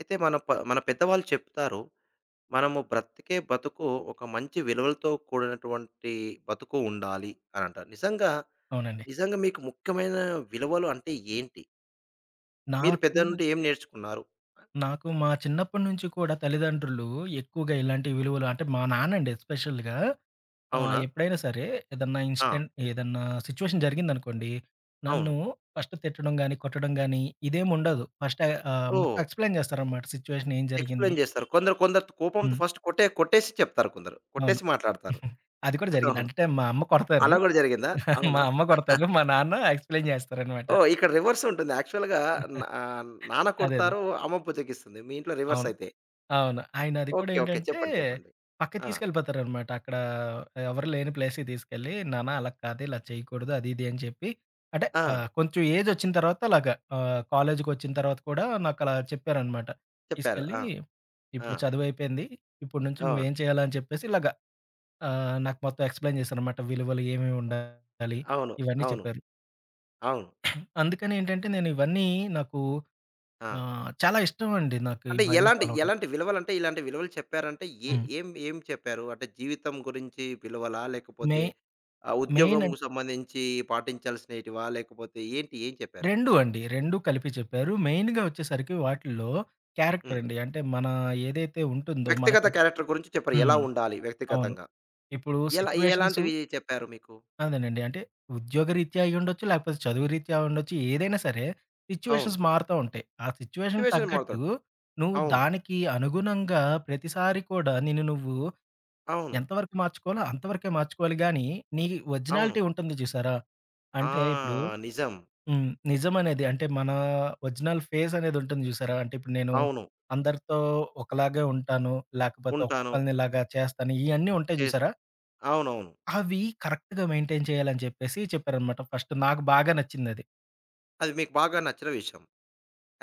అయితే మన మన పెద్దవాళ్ళు చెప్తారు. మనము బ్రతికే బతుకు ఒక మంచి విలువలతో కూడినటువంటి బతుకు ఉండాలి అనంటారు. నిజంగా, అవునండి. నిజంగా మీకు ముఖ్యమైన విలువలు అంటే ఏంటి? మీరు నాకు, పెద్దల నుండి ఏం నేర్చుకున్నారు? నాకు మా చిన్నప్పటి నుంచి కూడా తల్లిదండ్రులు ఎక్కువగా ఇలాంటి విలువలు అంటే మా నాన్నండి ఎస్పెషల్‌గా అవునా? ఎప్పుడైనా సరే ఏదన్నా ఆ! ఇన్సిడెంట్ ఏదన్నా సిట్యుయేషన్ జరిగిందనుకోండి, నన్ను అవును. ఫస్ట్ తిట్టడం గాని, కొట్టడం గాని ఇదేముండదు. ఫస్ట్ ఓహ్! మొత్తం ఎక్స్‌ప్లెయిన్ చేస్తారనమాట సిట్యుయేషన్ ఏం జరిగింది. ఎక్స్‌ప్లెయిన్ జేస్తారు. కొందరు కొందరు కోపంతో హ్మ్. ఫస్ట్ కొట్టేసి చెప్తారు కొందరు. అవును. కొట్టేసి మాట్లాడతారు. అది కూడా జరిగింది. అవును. అంటే మా అమ్మ కొడతారు. అలా గూడా జరిగిందా? అవునా? మా అమ్మ కొడతారు. మా నాన్న ఎక్స్‌ప్లెయిన్ చేస్తారనమాట. ఓహ్! ఇక్కడ రివర్స్ ఉంటుంది. యాక్చువల్‌గా నా నాన్న అదే అదే. కొడతారు, అమ్మ బుజ్జగిస్తుంది. మీ ఇంట్లో రివర్స్ అవును. అయితే. అవును. ఆయనది కూడా ఓకే. ఓకే. ఏంటంటే, చెప్పండి. చెప్పండి. పక్కకి ఆ! తీసుకెళ్ళిపోతారనమాట. అక్కడ ఎవరు లేని ప్లేస్‌కి తీసుకెళ్ళి, నాన్న అలా కాదు, ఇలా చేయకూడదు, అది ఇది అని చెప్పి అంటే ఆ! కొంచెం ఏజొచ్చిన తర్వాత అలాగా కాలేజీకొచ్చిన తర్వాత కూడా నాకలా చెప్పారనమాట. చెప్పారు. తీసుకెళ్ళి, ఆ! ఆ! "ఇప్పుడు చదువయిపోయింది. ఇప్పటి నుంచి ఆ! నువ్వేం చేయాలా" అని చెప్పేసి ఇలాగా నాకు మొత్తం ఎక్స్‌ప్లెయిన్ చేశారనమాట. విలువలు ఏమేమి ఉండాలి, అవును. ఇవన్నీ అవును. చెప్పారు. అవును. అందుకని ఏంటంటే, నేను ఇవన్నీ నాకు ఆ! చాలా ఇష్టమండి నాకు అంటే ఇవన్నీ ఎలాంటి, ఫాలో అవ్వడం. ఎలాంటి విలువలంటే ఇలాంటి విలువలు చెప్పారంటే హ్మ్. ఏం చెప్పారు? అంటే జీవితం గురించి విలువలా? లేకపోతే మెయి మెయిన్ ఉద్యోగంకు సంబంధించి పాటించాల్సినేటివా? లేకపోతే ఏంటి? ఏం చెప్పారు? 2 అండి. 2 కలిపి చెప్పారు. మెయిన్‌గా వచ్చేసరికి వాటిల్లో క్యారెక్టర్ హ్మ్. అండి. అంటే మన ఏదైతే ఉంటుందో వ్యక్తిగత మనకంటూ క్యారెక్టర్ గురించి చెప్పారు. ఎలా హ్మ్. ఉండాలి అవును. వ్యక్తిగతంగా? ఇప్పుడు సిట్యుయేషన్స్ ఎలాంటివి చెప్పారు మీకు? అదేనండి. అంటే ఉద్యోగరీత్యా అయ్యుండొచ్చు, లేకపోతే చదువు రీత్యా ఉండొచ్చు. ఏదైనా సరే అవును. సిట్యుయేషన్స్ మారుతా ఉంటాయి. ఆ సిట్యుయేషన్ సిట్యుయేషన్ తగ్గట్టు మారుతుంది. నువ్వు అవును. దానికి అనుగుణంగా ప్రతిసారి కూడా నిన్ను నువ్వు అవును. ఎంతవరకు మార్చుకోవాలో అంతవరకే మార్చుకోవాలి గానీ, నీ అవును. ఒరిజినాలిటీ ఉంటుంది చూసారా? ఆ! అంటే ఇప్పుడు నిజం. హ్మ్. నిజమనేది. అంటే మన ఒరిజినల్ ఫేస్ అనేది ఉంటుంది చూసారా? అంటే ఇప్పుడు నేను అవును. అందరితో ఒకలాగే ఉంటాను. లేకపోతే ఉంటాను. ఒక్కొక్కళ్ళని ఇలాగా చేస్తాను. ఇయన్నీ ఉంటాయి చేస్తా. చూసారా? అవునవును. అవి కరెక్ట్‌గా మెయింటైన్ చేయాలని చెప్పేసి చెప్పారనమాట. ఫస్ట్ నాకు బాగా నచ్చిందది. అది మీకు బాగా నచ్చిన విషయం.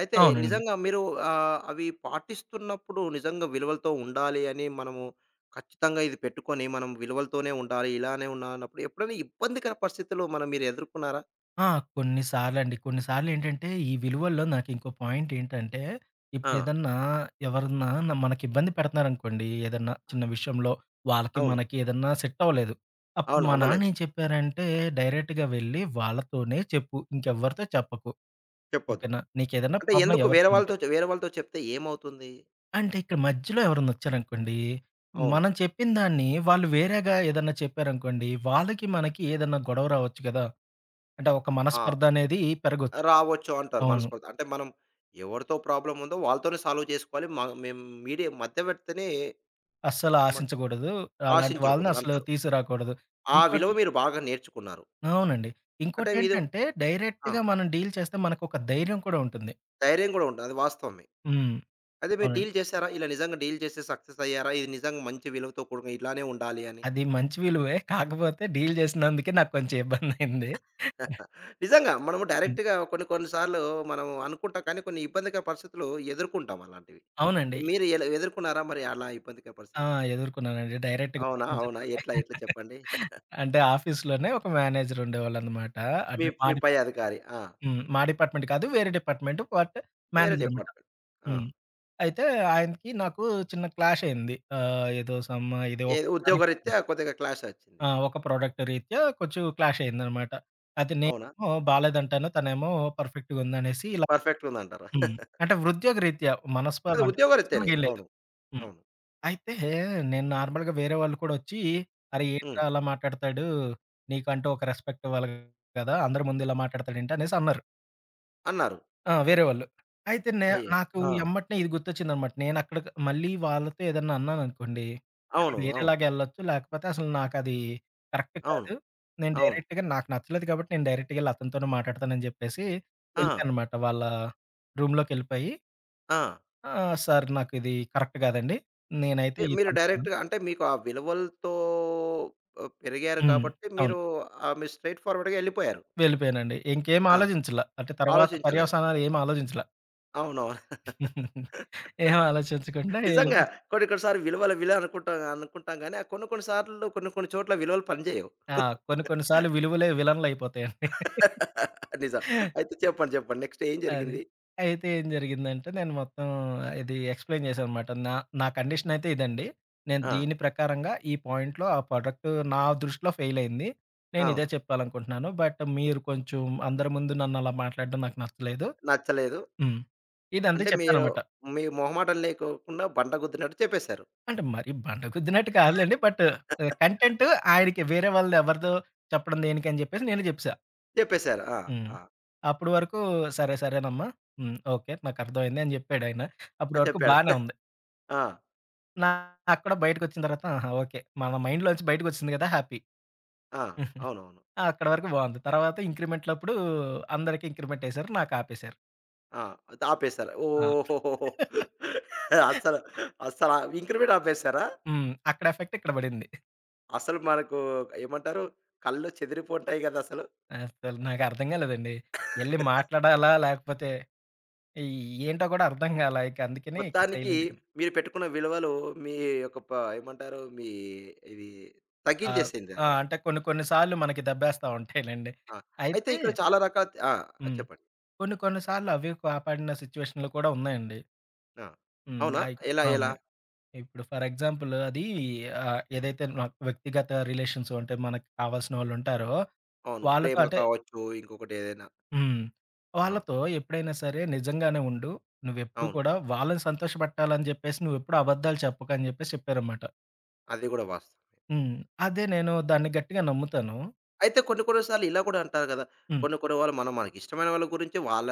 అయితే అవునండి. నిజంగా మీరు అవి పాటిస్తున్నప్పుడు నిజంగా విలువలతో ఉండాలి అని మనము ఖచ్చితంగా ఇది పెట్టుకొని మనం విలువలతోనే ఉండాలి, ఇలానే ఉండాలన్నప్పుడు ఎప్పుడైనా ఇబ్బందికర పరిస్థితులు మీరు ఎదుర్కొన్నారా? ఆ! కొన్ని సార్లండి. కొన్ని సార్లేంటంటే, ఈ విలువల్లో నాకింకో పాయింటేంటంటే, ఆ! ఇప్పుడేదన్నా ఎవరన్నా న మనకిబ్బంది పెడుతున్నారనుకోండి, ఏదన్నా చిన్న విషయంలో, వాళ్ళకి, అవును. మనకి ఏదన్నా సెట్టవ్వలేదు. అప్పుడు అవును. మా అవ్వలేదు. నాన్నేం చెప్పారంటే, డైరెక్ట్‌గా వెళ్ళి వాళ్ళతోనే చెప్పు. ఇంకెవ్వరితో చెప్పకు. చెప్పొద్దు. ఓకేనా? నీకేదన్నా అంటే ప్రాబ్లమ్ ఎందుకు ఎవరితో ఉంటే. వేరే వాళ్ళతో చెప్తే ఏమవుతుంది? అంటే ఇక్కడ మధ్యలో ఎవరన్నొచ్చారనుకోండి, అవును. మనం చెప్పిన దాన్ని వాళ్ళు వేరేగా ఏదన్నా చెప్పారనుకోండి, వాళ్ళకి, మనకి ఏదన్నా గొడవ రావచ్చు గదా! అంటే ఒక ఆ! మనస్పర్ధనేది పెరగొచ్చు. రావచ్చు అంటారు అవును. మనస్పర్ధ. అంటే మనం ఎవరితో ప్రాబ్లమ్ ఉందో వాళ్ళతోనే సాల్వ్ చేసుకోవాలి. మేము మీడియా మధ్యవర్తిని అస్సలు ఏమన్ ఆశించకూడదు. అలాంటి వాళ్ళని అసలు ఆశించకూడదంటారు. తీసుకురాకూడదు. ఆ విలువ ఇంకోటి మీరు బాగా నేర్చుకున్నారు. అవునండి. అంటే మీరు ఇంకోటేంటంటే ఆ! డైరెక్ట్‌గా మనం డీల్ చేస్తే మనకొక ధైర్యం కూడా ఉంటుంది. ధైర్యం గూడా ఉంటది. అది వాస్తవమే. హ్మ్. అయితే మీరు అవునండి. డీల్ చేసారా? ఇలా నిజంగా డీల్ చేసి సక్సెస్ అయ్యారా? ఇది నిజంగా మంచి విలువతో కూడుకున్న ఇలానే ఉండాలి అని. అది మంచి విలువే. కాకపోతే డీల్ చేసినందుకే నాకు కొంచెం ఇబ్బందయింది. నిజంగా మనము హ్మ్. డైరెక్ట్‌గా కొన్ని కొన్ని సార్లు మనం అనుకుంటాం. కానీ కొన్ని ఇబ్బందికర పరిస్థితులు ఎదుర్కొంటాం అలాంటివి. అవునండి. మీరు ఎదుర్కొన్నారా మరి అలా ఇబ్బందికర ఆ! పరిస్థితి? ఎదుర్కొన్నానండి. డైరెక్ట్‌గా అవునా? అవునా? మేనేజర్‌తోనే. ఎట్లా? ఎట్లా చెప్పండి? అంటే ఆఫీస్‌లోనే ఒక మేనేజర్ ఉండేవాళ్ళనమాట. మీ అంటే మా మీ పై డిపార్ట్మెంట్ కాదు. అధికారి. ఆ! హ్మ్. మా డిపార్ట్మెంట్ కాదు. వేరే డిపార్ట్మెంట్. బట్ వేరే మేనేజరనమాట. డిపార్ట్‌మెంట్. ఆ! హ్మ్. అయితే ఆయనకి, నాకు చిన్న క్లాష్ అయింది. ఏదో సమ్ ఇది ఒక ఏది ప్రోడక్ట్ ఉద్యోగరీత్యా కొద్దిగా క్లాష్ వచ్చింది. ఆ! ఒక ప్రోడక్ట్ రీత్యా కొంచెం క్లాష్ అయిందనమాట. అది అవునా? నేనేమో బాలేదంటాను. తనేమో పర్ఫెక్ట్‌గా ఉందనేసి ఇలా పర్ఫెక్ట్‌గా ఉందంటారు. హ్మ్. అంటే వృద్యోగ రీత్యా మనస్పర్ధ అది అంటే ఉద్యోగరీత్యానే. పర్సనల్‌గా ఏం లేదు. అవును. హ్మ్. అవును. అయితే నేను నార్మల్‌గా వేరే వాళ్ళు కూడా వచ్చి, "అరే! హ్మ్. ఏంట్రా అలా మాట్లాడతాడు? నీకంటూ ఒక రెస్పెక్ట్ ఇవ్వాలి కదా! అందరి ముందు ఇలా మాట్లాడతాడేంటి?" అనేసి అన్నారు. అన్నారు. ఆ! వేరే వాళ్ళు. అయితే నే అయ్యే! నాకు ఆ! హ్మ్. ఎమ్మటనే ఇది గుర్తొచ్చిందనమాట. నేనక్కడికి మళ్ళీ వాళ్ళతో ఏదన్నా అన్నాననుకోండి, అది అవును. అవును. వేరేలాగా ఎళ్ళొచ్చు. లేకపోతే అసలు నాకది కరెక్ట్ అవును. కాదు. నేను అవును. డైరెక్ట్‌గా నాకు నచ్చలేదు కాబట్టి నేను డైరెక్ట్‌గా ఎళ్లి అతనితోనే మాట్లాడతానని జెప్పేసి ఆ! వెళ్ళిపోయాననమాట. వాళ్ళ రూమ్‌లోకెళ్ళిపోయి ఆ! "సార్ నాకిది కరెక్ట్ కాదండి. నేనైతే ఇది మీరు అనుకున్నాను" డైరెక్ట్‌గా అంటే మీకు ఆ విలువలతో పెరిగారు హ్మ్. కాబట్టి అవును. మీరు మీరు స్ట్రెయిట్ ఫార్వర్డ్‌గా ఎళ్ళిపోయారు. వెళ్ళిపోయానండి. ఇంకేం ఆ! ఆలోచించలా. అంటే తర్వాత ఆలోచించలేదు. పర్యవసానాలు ఏమి ఆలోచించలా. అవునవును. ఏం ఆలోచించకుండా నిజంగా ఎళ్ళిపోయాను. కొన్ని కొన్ని సార్లు విలువ అనుకుంటాం అనుకుంటాం గానీ, ఆ కొన్ని కొన్ని సార్లు కొన్ని కొన్ని చోట్ల విలువలు పనిచేయవు. ఆ! కొన్ని కొన్ని సార్లు విలువలే విలన్‌లయిపోతాయండి. నిజం. అయితే చెప్పండి. చెప్పండి. నెక్స్ట్ ఏం అది. జరిగింది? అయితే ఏం జరిగిందంటే, నేను మొత్తం ఇది ఎక్స్‌ప్లెయిన్ చేశాననమాట. నా నా కండిషనయితే ఇదండి. నేను ఆ! దీని ప్రకారంగా ఈ పాయింట్‌లో ఆ ప్రొడక్ట్ నా దృష్టిలో ఫెయిలయింది. నేను ఇదే అవును. చెప్పాలనుకుంటున్నాను. బట్ మీరు కొంచెం అందరి ముందు నన్నలా మాట్లాడడం నాకు నచ్చలేదు. నచ్చలేదు. హ్మ్. ఇదంతా అంటే మీరు చెప్పాననమాట. మీ మొహమాటం లేకోకుండా బండ గుద్దినట్టు చెప్పేశారు. అంటే మరి బండ గుద్దినట్టు కాదులెండి. బట్ కంటెంట్ ఆయనకి వేరే వాళ్ళది ఎవరిదో చెప్పడం దేనికని చెప్పేసి నేనే చెప్పేసా. చెప్పేశారు. ఆ! హ్మ్. ఆ! అప్పటి వరకు సరే సరేనమ్మా. హ్మ్. ఓకే. నాకర్థమైంది అని జెప్పాడాయన. ఆ! అప్పటి వరకు చెప్పాడు. బానే ఉంది. ఆ! నాకు కూడా బయటకొచ్చిన తర్వాత ఆహా! ఓకే. మన మైండ్‌లోంచి బయటకొచ్చింది గదా! హ్యాపీ. ఆ! అవునవును. అక్కడి వరకు బావుంది. తర్వాత ఇంక్రిమెంట్‌లప్పుడు అందరికి ఇంక్రిమెంట్ ఏసారు. నాకాపేసారు. ఆ! అది ఆపేశారు. ఆ! ఓహోహోహో! అస్సలు, అస్సల ఇంక్రిమెంట్ ఆపేశారా? హ్మ్. అక్కడ ఎఫెక్ట్ ఇక్కడ బడింది. అసలు మనకు ఏమంటారు? కళ్ళు చెదిరిపోతాయి గదసలు. అసలు నాకర్థం గాలేదండి. ఎళ్లి మాట్లాడాలా? లేకపోతే ఈ ఏంటో గూడా అర్థం గాలా. ఇక అందుకనే ఇక మొత్తానికి సైలెంట్‌గా. మీరు పెట్టుకున్న విలువలు మీ యొక్క ఏమంటారు? ఇది ఆ! తగ్గించేసింది ఆ! అక్కడ. అంటే కొన్ని కొన్ని సార్లు మనకి దెబ్బేస్తా ఉంటాయిలెండి. ఆ! అయితే అయితే ఇక్కడ చాలా రకాల ఆ! హ్మ్. చెప్పండి. కొన్ని కొన్ని సార్లు అవి కాపాడిన సిచ్యువేషన్‌లు కూడా ఉన్నాయండి. ఆ! హ్మ్. అవునా? అయి ఎలా ఆ! ఎలా? ఉన్నాయి. ఇప్పుడు ఫర్ ఎగ్జాంపుల్ అది ఏదైతే నాకు వ్యక్తిగత రిలేషన్స్ అంటే మనకు కావాల్సిన వాళ్ళుంటారో, అవును. వాళ్ళతో ప్రేమ అంటే కావచ్చు, ఇంకొకటేదైనా. హ్మ్. ఆ! వాళ్ళతో ఎప్పుడైనా సరే నిజంగానే ఉండు. నువ్వెప్పుడు అవును. కూడా వాళ్ళని సంతోషపెట్టాలని చెప్పేసి నువ్వెప్పుడు అబద్ధాలు చెప్పకని చెప్పేసి చెప్పారన్నమాట. అది గూడా వాస్తవం. హ్మ్. అదే నేను దాన్ని గట్టిగా నమ్ముతాను. అయితే కొన్ని కొన్ని సార్లు ఇలా గూడా అంటారు గదా! హ్మ్. కొన్ని కొన్ని వాళ్ళు మనకిష్టమైన వాళ్ళ గురించి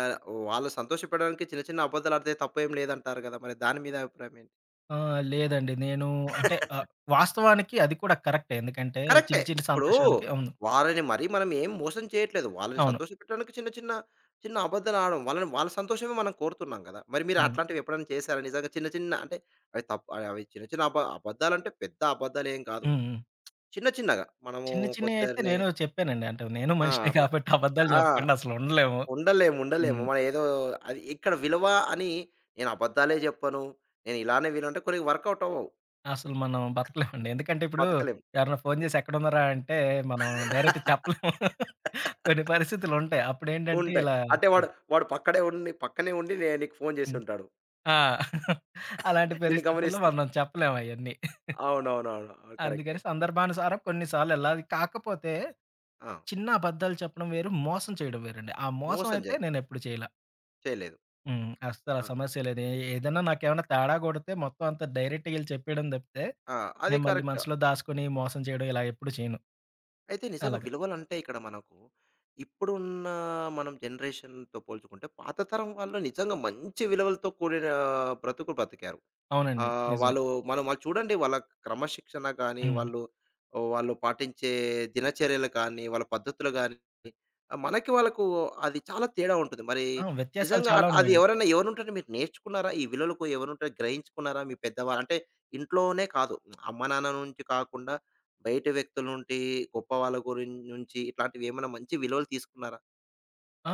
వాళ్ళు సంతోషపెట్టడానికి చిన్న చిన్న అబద్ధాలాడితే తప్పేం లేదంటారు గదా! మరి దాని మీద అభిప్రాయం ఏంటి? ఆ! లేదండి నేను అంటే వాస్తవానికి అది కూడా కరెక్టే. ఎందుకంటే కరెక్టే. చిన్న చిన్న ఇప్పుడు సంతోషాలకి అవును. వాళ్ళని మరీ మనం ఏం మోసం చేయట్లేదు. వాళ్ళని అవును. సంతోషపెట్టడానికి చిన్న చిన్న చిన్న అబద్ధాలాడడం. వాళ్ళ సంతోషమే మనం కోరుతున్నాం గదా! మరి మీరు అవును. అట్లాంటివి ఎప్పుడైనా చేశారా? నిజంగా చిన్న చిన్న అంటే అవి తప్పు అవి చిన్న చిన్న అబద్ధాలంటే పెద్ద అబద్ధాలేం కాదు. హ్మ్. హ్మ్. చిన్న చిన్నగా మనము చిన్ని చిన్నయయితే కొందరిని నేను చెప్పానండి. అంటే నేను ఆ! మనిషినే అట్లా కాబట్టి అబద్ధాలు ఆ! చెప్పకుండా అసలు ఉండలేము. ఉండలేము. ఉండలేము. హ్మ్. మనం ఏదో అది ఇక్కడ విలువ అని నేను అబద్ధాలే చెప్పను. నేను ఇలానే వినంటే కొన్ని వర్కౌట్ అవ్వవు. అసలు మనం బతకలేమండి. ఎందుకంటే ఇప్పుడు బతకలేం. ఎవరైనా ఫోను చేసి ఎక్కడున్నారా అంటే మనం డైరెక్ట్ చెప్పలేము. కొన్ని పరిస్థితులుంటాయి. అప్పుడేంటంటే ఉంటాయి. ఇలా అంటే వాడు, వాడు పక్కడే ఉండి పక్కనే ఉండి నీకు ఫోను చేసి హ్మ్. ఉంటాడు. ఆ! అలాంటి నిన్ను పరిస్థితుల్లో గమనిస్తూ. మనం చెప్పలేము అయన్నీ. అవునవునవును. అవును. కరెక్టే. అందుకని సందర్భానుసారం కొన్ని సార్లెళ్ళాలి. కాకపోతే ఆ! చిన్న అబద్ధాలు చెప్పడం వేరు, మోసం చేయడం వేరండి. ఆ మోసం మోసం అయితే జరు నేనెప్పుడు చేయలా. చేయలేదు. హ్మ్. అస్సల ఆ! సమస్య లేదు. ఏ ఏదన్నా నాకేమన్నా తేడా కొడితే మొత్తం అంతా డైరెక్ట్‌గా ఈళ్ళు చెప్పేయడం తప్పితే, ఆ! అది నేను మళ్ళీ కరెక్ట్. మనసులో దాసుకొని మోసం చేయడం ఇలా ఎప్పుడు చేయను. అయితే నిజంగా అలాగా. విలువలంటే ఇక్కడ మనకు ఇప్పుడున్న మనం జనరేషన్‌తో పోల్చుకుంటే పాత తరం వాళ్ళు నిజంగా మంచి విలువలతో కూడిన బ్రతుకులు బ్రతికారు. అవునండి. నిజమే. వాళ్ళు మనం వాళ్ళు చూడండి వాళ్ళ క్రమశిక్షణ గాని, హ్మ్. వాళ్ళు వాళ్ళు పాటించే దినచర్యలు కానీ, వాళ్ళ పద్ధతులు గాని, మనకి వాళ్ళకు అది చాలా తేడా ఉంటుంది. మరి ఆ! వ్యత్యాసాలు నిజంగా చాలా అది ఉన్నాయండి. ఎవరుంటేనే మీరు నేర్చుకున్నారా? ఈ విలువలకు ఎవరుంటే గ్రహించుకున్నారా? మీ పెద్దవాళ్ళు అంటే ఇంట్లోనే కాదు. అమ్మ నాన్న నుంచి కాకుండా బయట వ్యక్తుల నుండి, గొప్ప వాళ్ళ నుంచి ఇట్లాంటివి ఏమైనా మంచి విలువలు తీసుకున్నారా?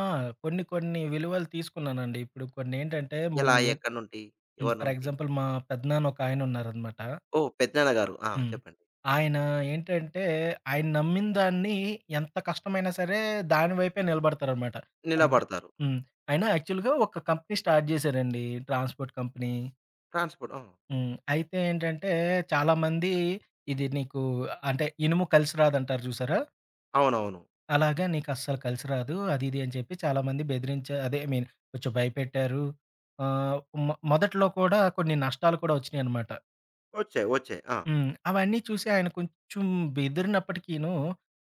ఆ! కొన్ని కొన్ని విలువలు తీసుకున్నానండి. ఇప్పుడు కొన్నేంటంటే ఎలా? మనం ఏ ఎక్కడి నుండి? హ్మ్. ఎవరి ఫర్ నుండి? ఎగ్జాంపుల్ మా పెద్దనాన్న ఒకాయనున్నారనమాట. ఓహ్! పెద్దనాన్న గారు. ఆ! హ్మ్. చెప్పండి. ఆయన ఏంటంటే, ఆయన నమ్మిన దాన్ని ఎంత కష్టమైనా సరే దాని వైపే నిలబడతారనమాట. ఫర్ ఎగ్జా నిలబడతారు. హ్మ్. ఆయన యాక్చువల్‌గా ఒక కంపెనీ స్టార్ట్ చేశారండి. Transport company. ట్రాన్స్‌పోర్ట్. ఆ! హ్మ్. అయితే ఏంటంటే, చాలామంది ఇది నీకు అంటే ఇనుము కలిసి రాదంటారు చూసారా? అవునవును. అలాగా నీకు అస్సలు కలిసి రాదు. అది ఇది అని చెప్పి చాలామంది బెదిరించా అదే ఐ మీన్ కొంచెం భయపెట్టారు. ఆహ్, మొదట్లో కూడా కొన్ని నష్టాలు కూడా వచ్చినాయనమాట. వచ్చాయి. వచ్చాయి. ఆ! హ్మ్. అవన్నీ చూసి ఆయన కొంచెం బెదిరినప్పటికీను,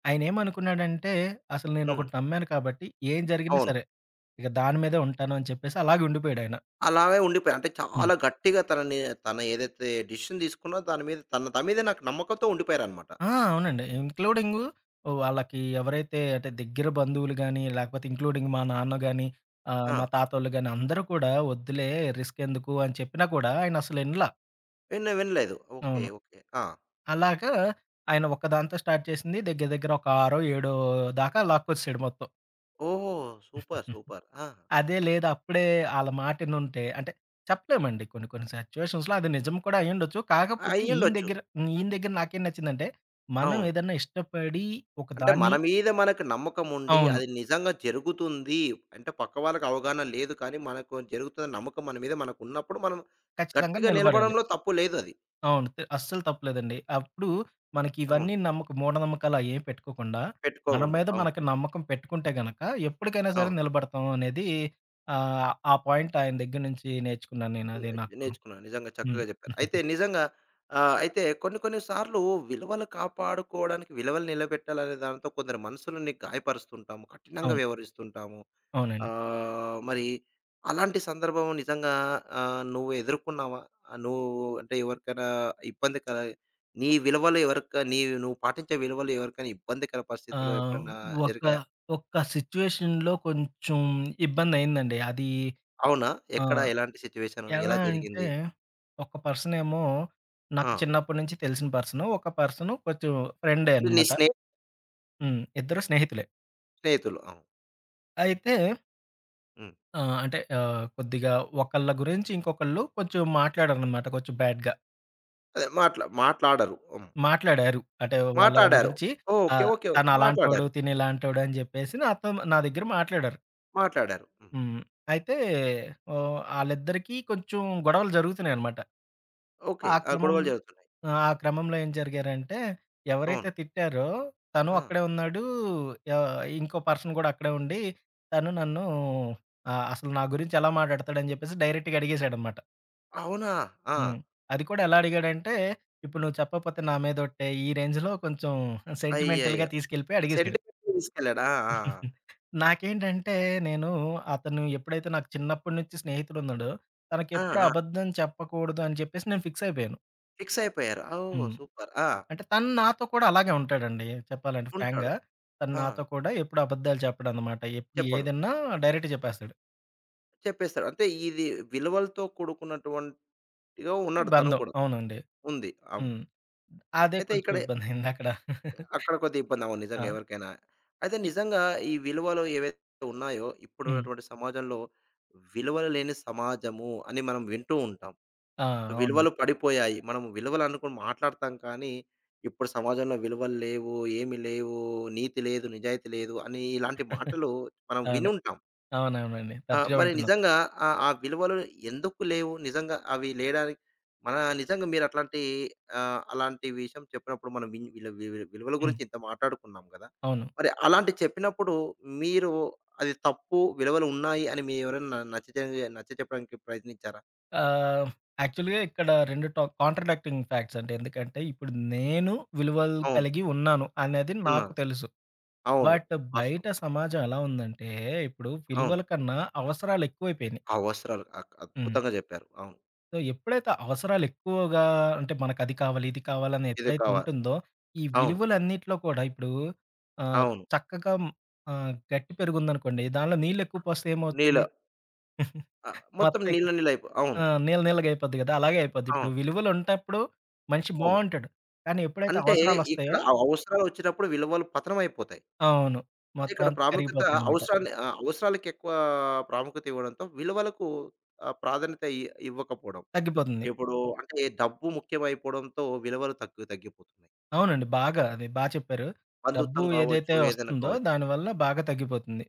ఆయనేమనుకున్నాడంటే, అసలు హ్మ్. నేనొకటి నమ్మాను కాబట్టి, ఏం జరిగినా అవును. సరే, ఇక దాని మీదే ఉంటాను అని చెప్పేసి అలాగే ఉండిపోయాడాయన. అలాగే ఉండిపోయా. అంటే హ్మ్. చాలా గట్టిగా తనని తను ఏదైతే డిసిషన్ తీసుకున్నో దాని మీద తన తన మీద నాకు నమ్మకంతో ఉండిపోయారనమాట. ఆ! అవునండి. ఇంక్లూడింగు వాళ్ళకి ఎవరైతే అంటే దగ్గర బంధువులు గాని, లేకపోతే ఇంక్లూడింగ్ మా నాన్న గాని, ఆ! మా తాతోళ్ళు గాని అందరూ కూడా వద్దులే రిస్క్ ఎందుకు అని చెప్పినా కూడా ఆయనసలు ఇనల. వినలేదు. ఓకే. అవును. ఓకే. ఆ! అలాగా ఆయన ఒక్కదాంతో స్టార్ట్ చేసింది దగ్గర దగ్గర ఒక ఆరో, ఏడో దాకా లాక్కొచ్చేసాడు మొత్తం. ఓహ్! సూపర్. సూపర్. ఆ! అదే లేదు. అప్పుడే ఆళ్ళ మాటినుంటే అంటే చెప్పలేమండి. కొన్ని కొన్ని సిట్యుయేషన్స్‌లో అది నిజం కూడా అయ్యుండొచ్చు. కాకపోతే ఈయన అయ్యుండొచ్చు. దగ్గర హ్మ్. ఈయన దగ్గర నాకేం నచ్చిందంటే, మనం అవును. ఏదన్నా ఇష్టపడి ఒక అంటే మన దాన్ని మీద మనకు నమ్మకం ఉండి అవును. అది నిజంగా జరుగుతుంది. అంటే పక్క వాళ్ళకి అవగాహన లేదు కానీ మనకు జరుగుతుందని నమ్మకం మన మీద మనకున్నప్పుడు మనం ఖచ్చితంగా గట్టిగా నిలబడాలి. నిలబడంలో తప్పు లేదు అది. అవును. త అస్సలు తప్పులేదండి. అప్పుడు మనకి అవును. ఇవన్నీ నమ్మక మూఢనమ్మకాలు అయ్యేం పెట్టుకోకుండా, మన పెట్టుకోకూడదు. మీద అవును. మనకు నమ్మకం పెట్టుకుంటే గనక ఎప్పటికైనా సరే అవును. నిలబడతాం అనేది ఆ పాయింట్ ఆయన దగ్గర నుంచి నేర్చుకున్నాను నేను. అది నాకు నేర్చుకున్నాను. నిజంగా హ్మ్. చక్కగా చెప్పారు. అయితే నిజంగా అయితే కొన్ని కొన్ని సార్లు విలువలు కాపాడుకోవడానికి విలువలు నిలబెట్టాలనే దాంతో కొందరి మనసులని గాయపరుస్తుంటాము. కఠినంగా అవును. వ్యవహరిస్తుంటాము. అవునండి. మరి అలాంటి సందర్భం నిజంగా నువ్వు ఎదుర్కొన్నావా? ఆ, నువ్వు అంటే ఎవరికైనా ఇబ్బంది కల నీ నువ్వు పాటించే విలువలు ఎవరికైనా ఇబ్బందికర ఆ! పరిస్థితిలో ఎప్పుడన్నా ఒక జరిగాయా? ఒక్క సిట్యుయేషన్‌లో కొంచెం ఇబ్బందయిందండి. అది అవునా? ఆ! ఎక్కడ? ఎలాంటి సిట్యుయేషన్? ఎలా ఎలా అంటే, జరిగింది? ఒక పర్సనేమో నాకు ఆ! చిన్నప్పటి నుంచి తెలిసిన పర్సను. ఒక పర్సను కొంచెం ఫ్రెండే అంటే నీ అనమాట. స్నేహి హ్మ్. ఇద్దరు స్నేహితులే. స్నేహితులు. అవును. అయితే హ్మ్. అంటే కొద్దిగా ఒకళ్ళ గురించి ఇంకొకళ్ళు కొంచెం మాట్లాడారనమాట కొంచెం బ్యాడ్‌గా. అదే మాట్లాడరు. హ్మ్. మాట్లాడారు. అంటే వాళ్ళ మాట్లాడారు. గురించి మాట్లాడారు. ఓకే. ఆహ్, ఓకే. తను అలాంటోడు, మాట్లాడారు. తిను ఇలాంటోడు అని చెప్పేసి నాతో నా దగ్గర మాట్లాడారు. మాట్లాడారు. హ్మ్. హ్మ్. అయితే ఓహ్, ఆళ్ళిద్దరికీ కొంచెం గొడవలు జరుగుతున్నాయనమాట. ఓకే. ఆ ఆ! గొడవలు క్రమంలో జరుగుతున్నాయి. ఆ! ఆ క్రమంలో ఏం జరిగారంటే, ఎవరైతే అవును. తిట్టారో తను ఆ! అక్కడే ఉన్నాడు. ఇంకో పర్సన్ గూడా అక్కడే ఉండి, తను నన్ను అసలు నా గురించి ఎలా మాట్లాడతాడని జెప్పేసి డైరెక్ట్‌గా అడిగేసాడనమాట. అవునా! ఆ! హ్మ్. అది కూడా ఎలా అడిగాడంటే, ఇప్పుడు నువ్వు చెప్పకపోతే నా మీదొట్టే, ఈ రేంజ్‌లో కొంచెం సెంటిమెంటల్‌గా అయ్యయ్యో! తీసుకెళ్ళిపోయి అడిగేసాడు. సెంటిమెంట్‌కి తీసుకెళ్ళాడు. ఆ! ఆ! నాకేంటంటే నేను అతను ఎప్పుడైతే నాకు చిన్నప్పటి నుంచి స్నేహితుడున్నాడో, ఆ! ఆ! తనకెప్పుడు ఆ! అబద్ధం చెప్పకూడదు అని చెప్పేసి నేను ఫిక్స్ అయిపోయాను. ఫిక్స్ అయిపోయారు. ఓహ్! హ్మ్. సూపర్. ఆ! అంటే తను నాతో కూడా అలాగే ఉంటాడండి. చెప్పాలంటే ఉంటాడు. ఫ్రాంక్‌గా. తను ఆ! నాతో కూడా ఎప్పుడు అబద్దాలు చెప్పడనమాట. ఎప్పుడు చెప్పడు. ఏదన్నా డైరెక్ట్ చెప్పేస్తాడు. చెప్పేస్తాడు. అంటే ఇది విలువలతో కూడుకున్నటువంటిగా ఈ ఉన్నాడు తను బంధం. కూడా. అవునండి. ఉంది. అవును. హ్మ్. అదే అయితే కొంచెం ఇక్కడ ఇబ్బందయిందక్కడ. అక్కడ కొద్దిగా ఇబ్బంది. అవును. నిజంగా ఆ! ఎవరికైనా. అయితే ఇ నిజంగా ఈ విలువలు ఏవైతే ఉన్నాయో, హ్మ్. ఇప్పుడున్నటువంటి సమాజంలో విలువలు లేని సమాజము అని మనం వింటూ ఉంటాం. ఆ! సో, విలువలు అవునండి. పడిపోయాయి. మనం విలువలు అనుకుని మాట్లాడతాం కానీ, ఇప్పుడు సమాజంలో విలువలు లేవు, ఏమి లేవు, నీతి లేదు, నిజాయితీ లేదు అని ఇలాంటి మాటలు మనం అవును. వినుంటాం. అవునవునండి. ఆ! తరచుగా మరి వింటున్నాం. నిజంగా ఆ విలువలు ఎందుకు లేవు? నిజంగా అవి లేడానికి నిజంగా మీరట్లాంటి అలాంటి విషయం చెప్పినప్పుడు మనం విన్ విలు విలు విలువల హ్మ్. గురించి ఇంత మాట్లాడుకున్నాం గదా! అవును. మరి అలాంటి చెప్పినప్పుడు మీరు అది తప్పు, విలువలు ఉన్నాయి అని మీరు ఎవరైనా నచ్చచెప్పడానికి ప్రయత్నించారా? ఆహ్, యాక్చువల్‌గా ఇక్కడ 2 టా కాంట్రాడిక్టింగ్ ఫ్యాక్ట్స్ అండి. ఎందుకంటే ఇప్పుడు నేను విలువలు అవును. కలిగి ఉన్నాను అనేది నాకు ఉన్నారు. తెలుసు. అవును. బట్ బయట వాస్తవం. సమాజం ఎలా ఉందంటే ఇప్పుడు విలువల అవును. కన్నా అవసరాలు ఎక్కువైపోయినాయి. ఆ వస్త్రాలు అక్ హ్మ్. అద్భుతంగా జెప్పారు. అవును. సో, ఎప్పుడైతే అవసరాలు ఎక్కువగా అంటే మనకు అది కావాలి, ఇది కావాలని ఇది ఎప్పుడైతే కావాలి. ఉంటుందో ఈ అవును. విలువలన్నిట్లో కూడా ఇప్పుడు ఆహ్, అవును. చక్కగా గట్టి పెరుగు ఉందనుకోండి దానిలో నీళ్ళు ఎక్కువ పోస్తే ఏమవుతది? నీళ్ళ మొత్తం మొత్తం ఇక నీళ్ళ నీళ్ళ ఆ! అవును. నీళ్ళ నీళ్ళగా అయిపోద్ది గదా! అలాగే అయిపోద్ది. ఇప్పుడు అవును. విలువలుంటప్పుడు మనిషి అవును. బావుంటాడు. కానీ ఎప్పుడైతే అంటే ఇక్కడ అవసరాలొస్తాయో అవసరాలొచ్చినప్పుడు విలువలు పతనమైపోతాయి. అవును. అంటే మొత్తం ఇక్కడ అంతా కరిగిపోతాయనమాట. అవసరాన్ని అవసరాలకి ఎక్కువ ప్రాముఖ్యత ఇవ్వడంతో విలువలకు ప్రాధాన్యత ఇవ్వకపోవడం. తగ్గిపోతుంది. ఇప్పుడు అంటే డబ్బు ముఖ్యమైపోవడంతో విలువలు తగ్గిపోతున్నాయి. అవునండి. బాగా అది బా చెప్పారు. డబ్బు బంధుత్వం కావచ్చు, ఏదైతే ఏదైనా వస్తుందో కావచ్చు. దానివల్ల బాగా తగ్గిపోతుంది.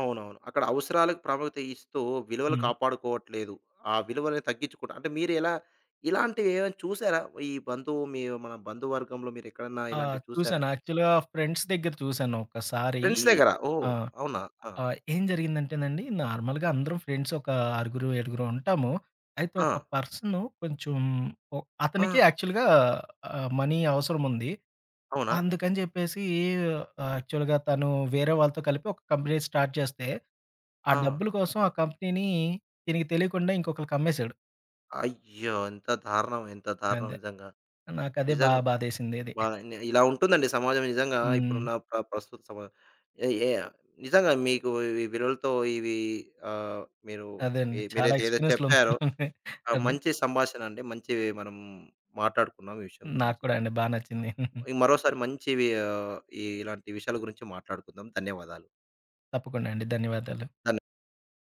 అవునవును. అక్కడ అవసరాలకు ప్రాముఖ్యత ఇస్తూ విలువలు హ్మ్. కాపాడుకోవట్లేదు. ఆ విలువలను తగ్గించుకుంటా అంటే మీరు ఎలా ఇలాంటివి ఏమైనా చూసారా? ఈ బంధువు మన బంధువర్గంలో మీరెక్కడన్నా ఆ! ఇలాంటివి చూసారా? చూసాను. యాక్చువల్‌గా ఫ్రెండ్స్ దగ్గర చూసాను ఒకసారి. ఫ్రెండ్స్ దగ్గర. ఓహ్! ఆ! అవునా? ఆ! ఏం జరిగిందంటేనండి నార్మల్‌గా అందరం ఫ్రెండ్స్ ఒక ఆరుగురు, ఏడుగురు ఉంటాము. అయితే ఆ! ఒక పర్సను కొంచెం ఒ ఆ! అతనికి యాక్చువల్‌గా మనీ అవసరముంది. అవునా? అందుకని జెప్పేసి యాక్చువల్‌గా తను వేరే వాళ్ళతో కలిపి ఒక కంపెనీ స్టార్ట్ చేస్తే, ఆ ఆ! డబ్బుల కోసం ఆ కంపెనీని తినకి తెలియకుండా ఇంకొకళ్ళకి అమ్మేసాడు. అయ్యో! ఎంత దారుణం, ఎంత దారుణం అంతే. నిజంగా. నాకదే బా నిజంగా బాధేసిందది. వాని ఇలా ఉంటుందండి సమాజం నిజంగా హ్మ్. ఇప్పుడున్న ప్రస్తుత సమాజం. ఏ ఏ నిజంగా మీకు ఈ విలువలతో ఇవి ఆహ్, మీరు అదే అండి. చాలా మీరైతే ఏదో చెప్పారో ఎక్స్‌పీరియన్స్‌లున్నాయి. ఆ! అదే. మంచి సంభాషణ అండి. మంచి మనం మాట్లాడుకున్నాం ఈ విషయం నాకు గురించి. కూడా అండి. బా నచ్చింది. మరోసారి మంచివి ఇలాంటి విషయాల గురించి మాట్లాడుకుందాం. ధన్యవాదాలు. తప్పకుండా అండి. ధన్యవాదాలు. ధన్యవాదాలు.